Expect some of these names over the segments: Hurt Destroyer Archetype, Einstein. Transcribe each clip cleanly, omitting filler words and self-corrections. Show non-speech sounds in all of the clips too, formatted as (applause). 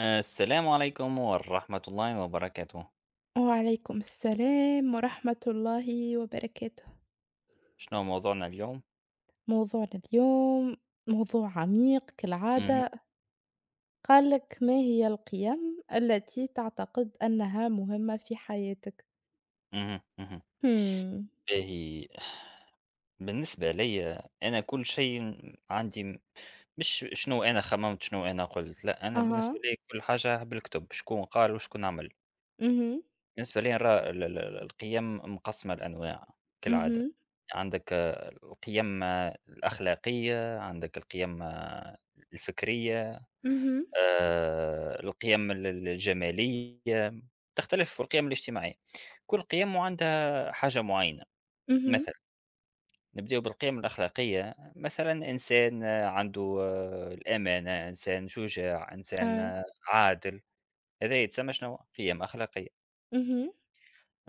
السلام عليكم ورحمة الله وبركاته. وعليكم السلام ورحمة الله وبركاته. شنو موضوعنا اليوم؟ موضوعنا اليوم موضوع عميق اهم، كالعادة. قال لك ما هي القيم التي تعتقد أنها مهمة في حياتك؟ اهم، اهم. همم. باهي. بالنسبة ليا أنا كل شيء عندي. مش شنو أنا خممت، شنو أنا قلت، لا أنا بالنسبة أها. لي كل حاجة بالكتب شكون قال وشكون عمل. اهم. بالنسبة لي نرى القيم مقسمة لأنواع كالعادة. اهم. عندك القيم الأخلاقية، عندك القيم الفكرية، اهم. القيم ال الجمالية، تختلف، والقيم الاجتماعية. كل قيم وعندها حاجة معينة. اهم. مثلًا نبدأو بالقيم الأخلاقية، مثلًا إنسان عنده الأمانة، إنسان شجاع، إنسان آه. عادل، هذا يتسمى شنو؟ قيم أخلاقية. اهم.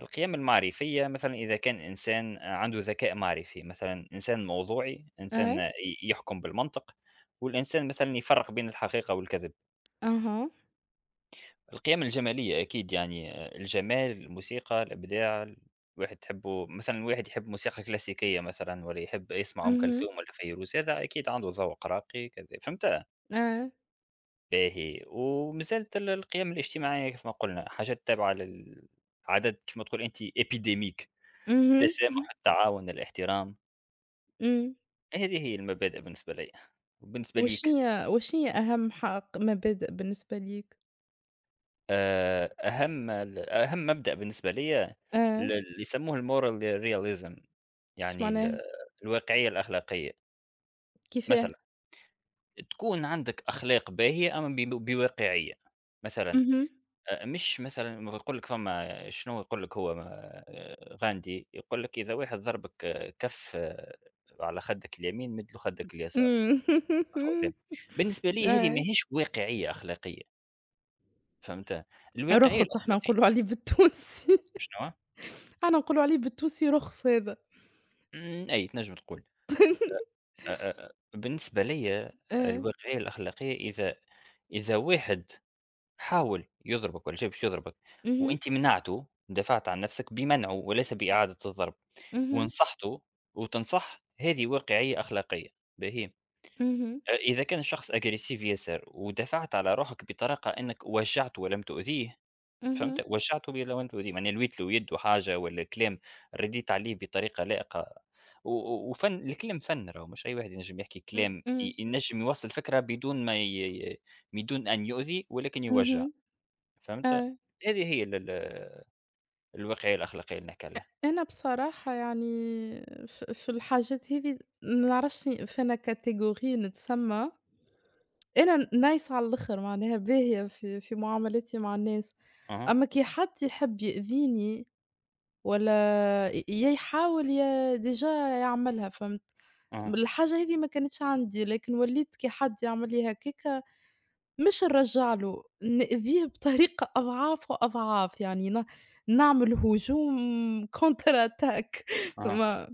القيم المعرفية مثلًا إذا كان إنسان عنده ذكاء معرفي، مثلًا إنسان موضوعي، إنسان آه. ي يحكم بالمنطق، والإنسان مثلًا يفرّق بين الحقيقة والكذب. أها. القيم الجمالية أكيد يعني الجمال، الموسيقى، الإبداع، الواحد تحبّه، مثلًا الواحد يحب موسيقى كلاسيكية مثلًا، والّا يحب يسمع أم اهم. كلثوم والّا فيروز، هذا أكيد عنده ذوق راقي، كذا فهمت؟ آه. باهي. ومازالت القيم الاجتماعية كيف ما قُلنا، حاجات تابعة للعادات كيف ما تقول أنت epidemic، اهم. التسامح، التعاون، الاحترام. إمم. هذه هي المبادئ بالنسبة ليّا، وبالنسبة وش ليك؟ هي وش هي أهم حق مبادئ بالنسبة ليك؟ أهم أهم مبدأ بالنسبة ليّا آه. ال إمم. اللي يسموه الmoral realism، إيش يعني معناها؟ الواقعية الأخلاقية. كيفاه؟ مثلًا تكون عندك أخلاق باهية أما بواقعية، مثلًا اهم. مش مثلًا ما هو يقول لك، فما شنو يقول لك هو، ما غاندي يقول لك: "إذا واحد ضربك كف على خدك اليمين مد له خدك اليسار." إمم. صح والّا لا؟ بالنسبة (laughs) لي هذه آه. ماهيش واقعية أخلاقية، فهمت؟ الواقعية رُخص إحنا نقولوا الأخلاقية. عليه بالتونسي. شنوا؟ (laughs) إحنا نقولوا عليه بالتونسي رُخص هذا. إمم، أي تنجم تقول. أ أ أ بالنسبة ليّا آه. الواقعية الأخلاقية، إذا واحد حاول يضربك والّا جا باش يضربك اهم. وأنت منعته، دافعت عن نفسك بمنعه وليس بإعادة الضرب، اهم. ونصحته وتنصح، هذه واقعية أخلاقية، باهي. اهم. إذا كان الشخص aggressive ياسر ودافعت على روحك بطريقة أنك وجعته ولم تؤذيه، اهم. فهمت؟ وجّعته بلوان بني، معناها لويت له يد وحاجة والّا الكلام، رديت عليه بطريقة لائقة، و و وفن الكلام فن، راهو مش أي واحد ينجم يحكي كلام إمم. ينجم يوصّل فكرة بدون ما ي بدون أن يؤذي ولكن يوجّع، اهم. فهمت؟ آه. هذه هي ال الواقعية الأخلاقية اللي نحكي عليها. أنا بصراحة يعني في الحاجات هذي ما نعرفش في أنا category نتسمّى. أنا nice على الآخر، معناها باهية في معاملاتي مع الناس. أها، أمّا كي حد يحب يأذيني والّا يا يحاول يا déjà يعملها، فهمت؟ أها، الحاجة هذه ما كانتش عندي، لكن وليت كي حد يعمل لي هكاكا مش نرجّع له، نأذيه بطريقة أضعاف وأضعاف، يعني نعمل هجوم (laughs) counter attack. أها، فما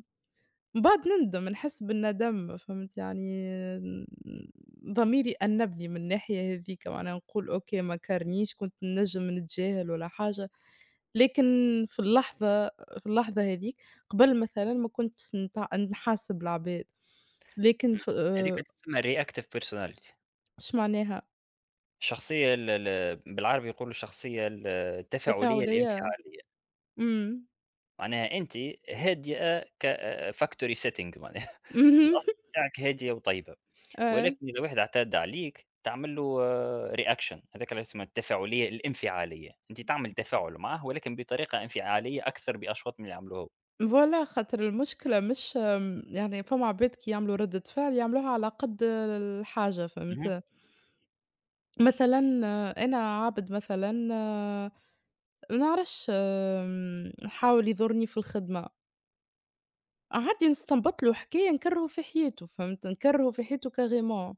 من بعد نندم، نحس بالندم، فهمت يعني. ن ضميري أنّبني من الناحية هاذيك، معناها نقول أوكي ما كرنيش كنت نجم نتجاهل ولا حاجة، لكن في اللحظة، في اللحظة هاذيك قبل، مثلًا ما كنتش نحاسب العباد، لكن إمم. ف. هذيك تسمى reactive personality، إشمعناها؟ الشخصية ال بالعربي يقولوا الشخصية التفاعلية تفاعلية. الانفعالية. إمم. معناها أنتِ هادية، factory setting، معناها (laughs) (laughs) اهم. الأصل بتاعِك هادية وطيبة، آه. ولكن إذا واحد اعتدى عليك تعمل له reaction، هذاك اللي اسمه التفاعلية الانفعالية، أنتِ تعمل تفاعل معاه ولكن بطريقة انفعالية أكثر بأشواط من اللي عمله هو. Voilà، خاطر المشكلة مش يعني فما عباد كي يعملوا ردة فعل يعملوها على قد الحاجة، اهم. فهمت؟ مثلًا أنا عابد مثلًا، ما نعرفش، حاول يضرني في الخدمة. عادي نستنبط له حكاية نكرهه في حياته، فهمت؟ نكرهه في حياته carrément.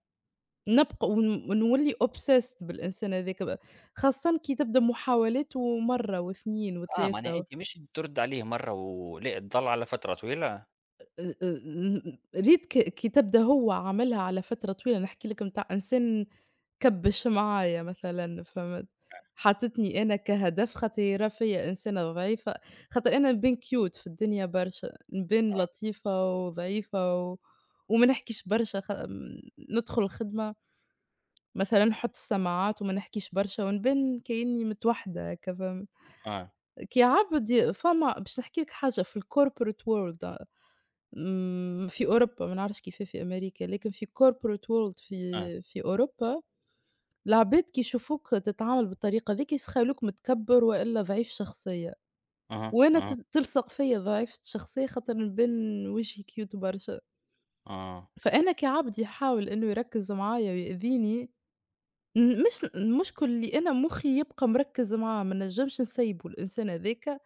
نبقى ونولي obsessed بالإنسان هذاك بقى، خاصةً كي تبدا محاولاته مرة و2 آه، معناها و3. أنتِ مش ترد عليه مرة و لأ، تضل على فترة طويلة. قريت كتاب ده، هو عملها على فترة طويلة. نحكي لك متاع إنسان كبّش معايا مثلًا، فهمت؟ حطتني أنا كهدف خاطر فيّا إنسانة ضعيفة، خاطر أنا نبان cute في الدنيا برشا، نبان آه، لطيفة وضعيفة وما نحكيش برشا خ م ندخل الخدمة مثلًا، نحط السماعات وما نحكيش برشا، ونبان كإني متوحدة هاكا، فهمت؟ آه، كعبد ي فما باش نحكي لك حاجة في الcorporate world. إمم، في أوروبا، ما نعرفش كيفاه في أمريكا، لكن في corporate world آه، في أوروبا، العباد كي يشوفوك تتعامل بالطريقة ذيك يسخيلوك متكبّر وإلا ضعيف شخصية، أها، وأنا أها، تلصق فيّا ضعيفة الشخصية خاطر نبان وجهي cute برشا. آه، فأنا كعبد يحاول إنه يركّز معايا ويأذيني، مش المشكل اللي أنا مُخّي يبقى مركّز معاه، ما نجمش نسيبه الإنسان هاذاك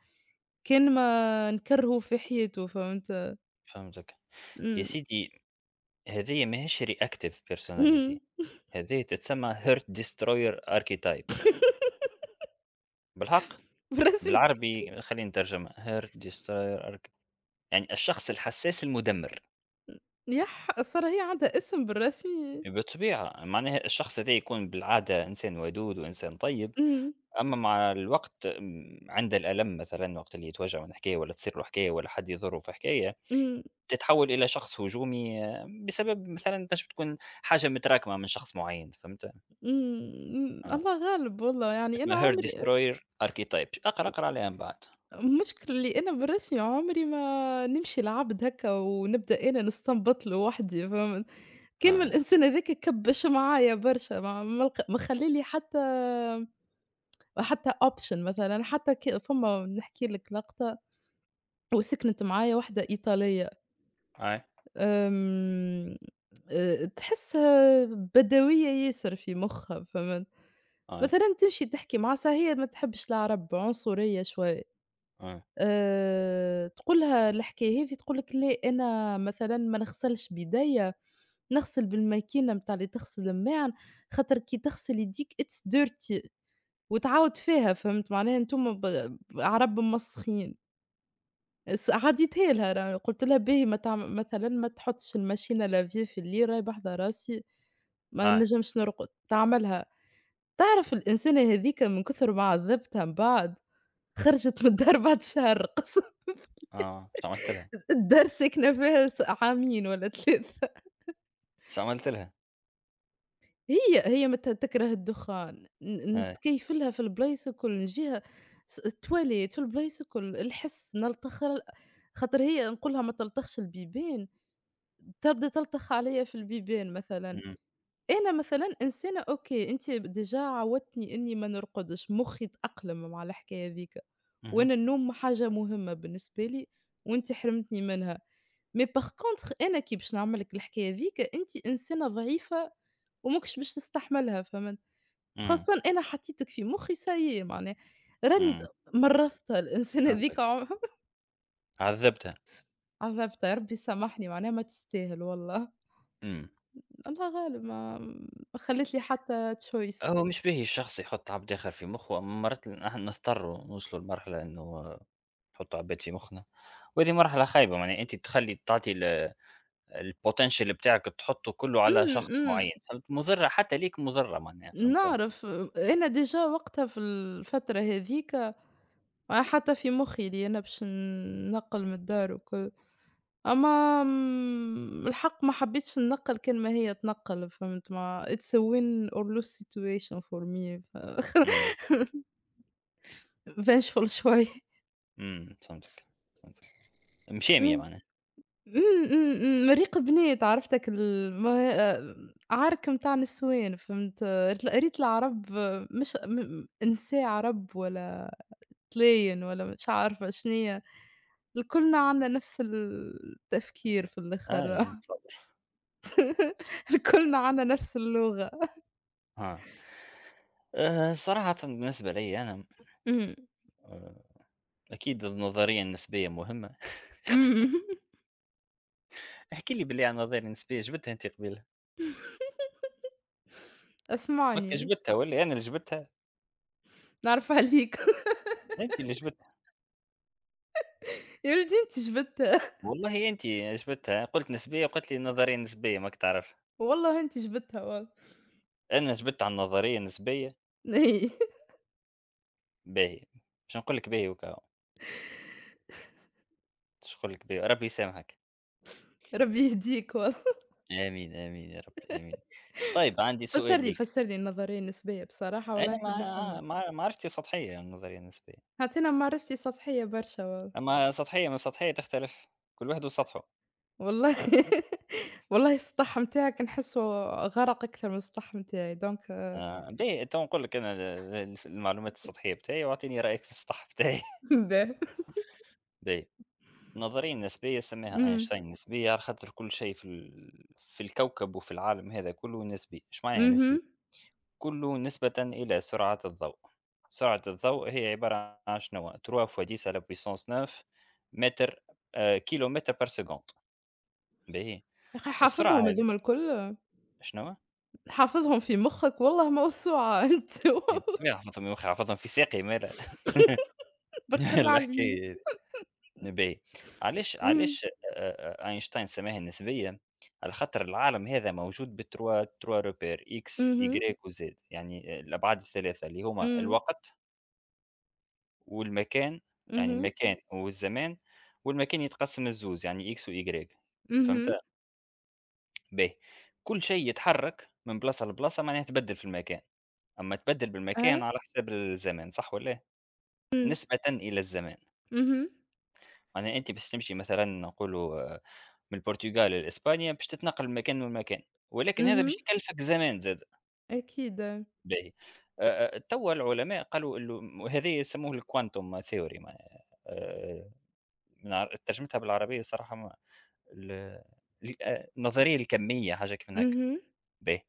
كان ما نكرهه في حياته، فهمت؟ فهمتك. يا إمم. سيدي، هذيّا ماهيش reactive personality. إمم. هذه تتسمى Hurt Destroyer Archetype بالحق. بالرسمي (laughs) بالعربي خلينا نترجمها Hurt Destroyer Archetype، يعني الشخص الحساس المدمر يح! صار هي عندها اسم بالرسمي؟ بالطبيعة. معناها الشخص هذا يكون بالعادة إنسان ودود وإنسان طيب، إمم. أما مع الوقت عند الألم مثلا، وقت اللي يتوجع من حكاية ولا تصير له حكاية ولا حد يضره في حكاية، إمم. تتحول إلى شخص هجومي، بسبب مثلا تنجم تكون حاجة متراكمة من شخص معين، فهمت؟ إمم. آه. الله غالب والله، يعني أنا اسمها Hurt عمري. Destroyer Archetype. أقرأ عليها من بعد. المشكلة اللي أنا بالرسمي عمري ما نمشي لعبد هكا ونبدأ أنا نستنبط له وحدي، فهمت؟ كان ما آه. الإنسان هذاك كبّش معايا برشا، ما خلّى لي حتى، حتى option مثلًا، حتى فما نحكي لك لقطة. وسكنت معايا واحدة إيطالية. آه. آمم، تحسّها بدوية ياسر في مخها، فهمت؟ آه. مثلًا تمشي تحكي مع ساعة، هي ما تحبش العرب، عنصرية شوية. آه. تقول لها الحكاية هذي، تقول لك: "لأ أنا مثلًا ما نغسلش بيديّا، نغسل بالماكينة متاع اللي تغسل الماعن، خاطر كي تغسل يديك it's dirty". وتعاود فيها، فهمت؟ معناها أنتم عرب ممسخين. عديتها لها راه، قُلت لها: "باهي ما تعم مثلًا ما تحطش الماشينة لافي في اللي راهي باحذا راسي، ما آه. نجمش نرقد." تعملها. تعرف الإنسانة هاذيك من كثر ما عذّبتها، من بعد خرجت من الدار بعد شهر قسم. آه، استعملت لها، (laughs) الدار ساكنة فيها عامين والّا 3. استعملت لها. هي تكره الدخان، آه، نتكيف لها في البلايص الكل، نجيها التواليت في البلايص الكل. الحس نلتخ ال خاطر هي نقول لها ما تلتخش البيبان، تبدا تلتخ عليَّ في البيبان مثلًا. إمم، أنا مثلًا إنسانة أوكي، أنتِ ديجا عودتني إني ما نرقدش، مخي اتأقلم مع الحكاية هاذيك، اهم، وأنا النوم حاجة مهمة بالنسبة لي، وأنتِ حرمتني منها. mais par contre أنا كي باش نعمل لك الحكاية ذيك، أنتِ إنسانة ضعيفة وماكش باش تستحملها، فهمت، إمم، خاصةً أنا حطيتك في مخي ça y est، معناها راني د إمم، مرّضتها الإنسانة فهمتك، ذيك عذّبتها، (laughs) عذبتها، ربي سامحني، معناها ما تستاهل والله. إمم. الله غالب، ما خلّت لي حتى choice. هو مش باهي الشخص يحُط عبد آخر في مُخّه، مرات نحن نضطروا نوصلوا لمرحلة إنه نحُطّوا عباد في مُخّنا، وهذه مرحلة خايبة، معناها أنت تخلّي تعطي الpotential بتاعك تحُطّه كلّه على إمم. شخص إمم. معيّن، فهمت، مُضرة حتى ليك، مُضرة معناها، فهمت. نعرف، أنا déjà وقتها في الفترة هاذيك حاطة في مخي اللي أنا باش ننقل من الدار وكل. أما الحق ما حبيتش ننقّل كلمة هي تنقّل، فهمت ما it's a win or lose situation for me، ف إمم، (laughs) vengeful شوية. إمم، فهمتك، فهمتك، مشامية إمم. معناها. إمم. إمم. إمم. ريق بنات عرفتك ال ما آمم، عرك نتاع نسوان، فهمت. ريت العرب، آه، مش نساء عرب ولا تلاين ولا مش عارفة شنيا، الكلنا عندنا نفس التفكير في آه، الآخر. يعني نتصوّر. (laughs) الكلنا عندنا نفس اللغة. آه. صراحةً بالنسبة ليّا أنا إمم. آآ أكيد النظرية النسبية مهمة. (laughs) إمم. (laughs) احكِ لي باللي عن النظرية النسبية جبتها أنت قبيلة، ماك اسمعني، جبتها والّا أنا اللي جبتها؟ نعرف عليك. (laughs) أنت اللي جبتها، يا ولدي أنتِ جبدتها والله أنت جبتها، قُلت نسبية وقلت لي النظرية النسبية ماك تعرفها، والله. أنتِ جبدتها والله. أنا جبت على النظرية النسبية. إي. باهي، باش نقول لك باهي وكا، باش نقول لك باهي ربي يسامحك. ربي يهديك والله. آمين، آمين يا رب، آمين. طيب، عندي فسّر سؤال لي، ليك. فسّر لي النظرية النسبية بصراحة، والله أنا نحب مع نفهمها. مع معرفتي سطحية عن النظرية النسبية، خاطرنا معرفتي سطحية برشا والله. أما سطحية من سطحية تختلف، كل واحد وسطحه. والله. (laughs) والله السطح متاعك نحسّه غرق أكثر من السطح متاعي دونك. آه، باهي، تو نقول لك انا المعلومات السطحيه بتاعي، واعطيني رايك في السطح بتاعي. (laughs) باهي. باهي. النظريه النسبيه سماها إمم. اينشتاين النسبيه على خاطر كل شيء في ال... في الكوكب وفي العالم هذا كله نسبي. اش معناها اهم. نسبي؟ (laughs) كله نسبه الى سرعه الضوء. سرعه الضوء هي عباره عن شنو، 3 فوا 10 على بويسونس 9 متر، كيلومتر بار سكوند. باهي. يا أخي السرعه حافظهم هذه هاذوما الكل، شنو حافظهم في مخّك، والله موسوعة (laughs) أنت هي، والله. بالطبيعه حفظهم، يا اخي حفظهم في ساقي مالا. (laughs) بارك الله عليك. الحكايه نسبية، علاش، إمم. علاش أينشتاين سماها النسبية؟ على خاطر العالم هذا موجود 3 روبير X، Mhm. Y وZ، يعني الأبعاد الثلاثة اللي هما إمم. الوقت والمكان، يعني اهم. المكان والزمان، والمكان يتقسم للزوز يعني X وY، فهمت؟ اهم. باهي. كل شيء يتحرك من بلاصة لبلاصة، معناها تبدل في المكان، أما تبدل بالمكان آه. على حساب الزمان، صح والّا؟ إمم. نسبةً إلى الزمان. اهم. معناها أنت باش تمشي مثلًا نقولوا من البرتغال لإسبانيا، باش تتنقل من مكان لمكان، ولكن هذا اهم. باش يكلفك زمان زادة، أكيد. اهم. باهي. توا العلماء قالوا إنه هذا يسموه الquantum theory، معناها ترجمتها بالعربية الصراحة ما ال ال النظرية الكمية حاجة كيف من هكا، اهم. باهي.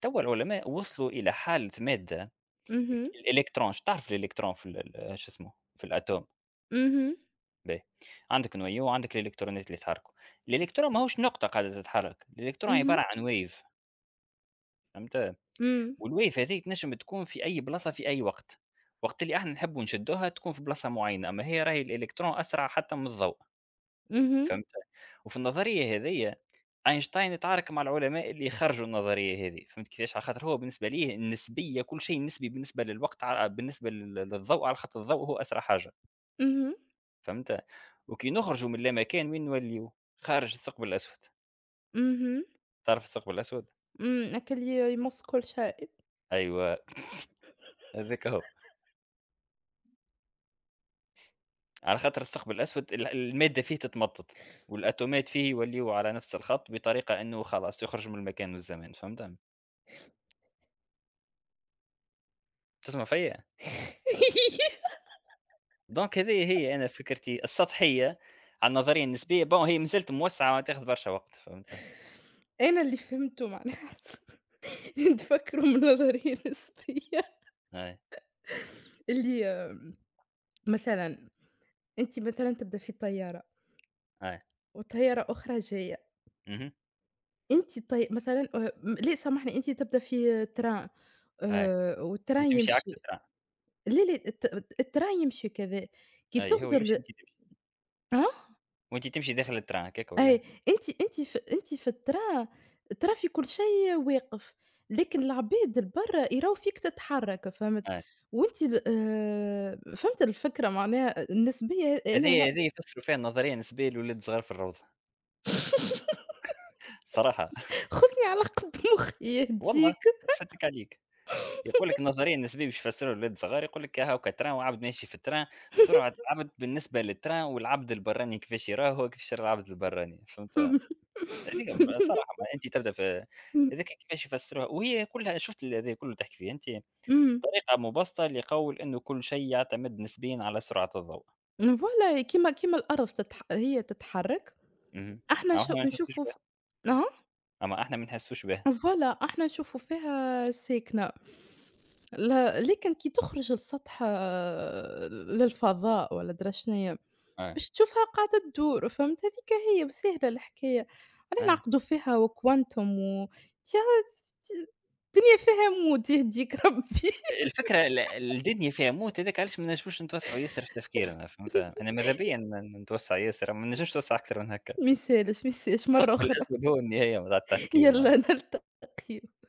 توا العلماء وصلوا إلى حالة مادة، اهم. الإلكترون، ش تعرف الإلكترون في ال شو اسمه في الأتوم. اهم. باهي. عندك نويو وعندك الالكترونات اللي يتحركوا. الالكترون ماهوش نقطه قاعده تتحرك، الالكترون عباره عن ويف، فهمت. إمم. والويف هذيك تنجم تكون في اي بلاصه في اي وقت، وقت اللي احنا نحبوا نشدوها تكون في بلاصه معينه، اما هي راهي الالكترون اسرع حتى من الضوء، اهم. فهمت. وفي النظريه هذه اينشتاين يتعارك مع العلماء اللي خرجوا النظريه هذه، فهمت كيفاش، على خاطر هو بالنسبه ليه النسبيه كل شيء نسبي بالنسبه للوقت، على بالنسبه للضوء، على خاطر الضوء هو اسرع حاجه، اهم. فهمت؟ وكي نخرجوا من اللامكان وين نوليو؟ خارج الثقب الأسود. اهم. تعرف الثقب الأسود؟ إمم. أكل يمص كل شيء. أيوه، هذاك هو، على خاطر الثقب الأسود المادة فيه تتمطط، والأتومات فيه يوليو على نفس الخط بطريقة إنه خلاص يخرج من المكان والزمان، فهمت؟ تسمع فيا؟ دونك هذه هي أنا فكرتي السطحية على النظرية النسبية، بون هي مازالت موسعة وتاخذ برشا وقت، فهمت؟ أنا اللي فهمته معناتها أنتم تفكروا من نظرية نسبية أي، اللي مثلًا، أنتِ مثلًا تبدأ في طيارة أي، وطيارة أخرى جاية. اهم، أنتِ طي مثلًا م ليه سامحني، أنتِ تبدأ في تران، أي، والتران وتمشي عكس يمشي. التران. ليه ليه الت الت التران يمشي كذا كي أي، هو تغزر يمشي ل. وأنت تمشي، آه. وأنت تمشي داخل التران هكاك والّا؟ أي، أنتِ في التران، ترى في كل شيء واقف، لكن العباد البرا يراو فيك تتحرك، فهمت. أي. وأنتِ ال فهمت الفكرة، معناها النسبية أنا. هذايا يفسروا فيها النظرية النسبية للولد صغار في الروضة صراحة. (laughs) خُذني على قد مخي (laughs) والله يهديك. باش نفدك عليك، يقول لك النظرية النسبية باش يفسروا للولد صغار، يقول لك هاكا تران وعبد ماشي في التران، سرعة عبد بالنسبة للتران، والعبد البراني كيفاش يراه، هو كيفاش يرى العبد البراني، فهمت. (laughs) هذيك صراحة، ما انت تبدا في، هذيك كيفاش يفسروها، وهي كلها شفت هذا كله تحكي فيه انت، إمم. طريقة مبسطة لقول انه كل شيء يعتمد نسبيا على سرعة الضوء. إمم. فوالا كيما الأرض هي تتحرك، اها. إحنا أما ش احنا ما نحسوش نشوفوا ف. بها أها. اما احنا ما نحسوش بها. فوالا إحنا نشوفوا فيها ساكنة. ل لكن كي تخرج لسطح، للفضاء والّا أدرى شنيا، آه. باش تشوفها قاعدة تدور، فهمت، هاذيك هي ساهلة الحكاية. علاه آه. نعقدوا فيها وكوانتم و تيا ت الدنيا فيها مود يهديك ربي. الفكرة الدنيا فيها موت، هاذاك علاش ما نجموش نتوسعوا ياسر في تفكيرنا، فهمت، (laughs) أنا ماذا بيا نتوسع ياسر، ما نجمش نتوسع أكثر من هكا. ما يسالش، ما يسالش مرة الثقب أخرى. الأسود هو النهاية متاع (laughs) التفكير معناها. يالّا نلتقيو.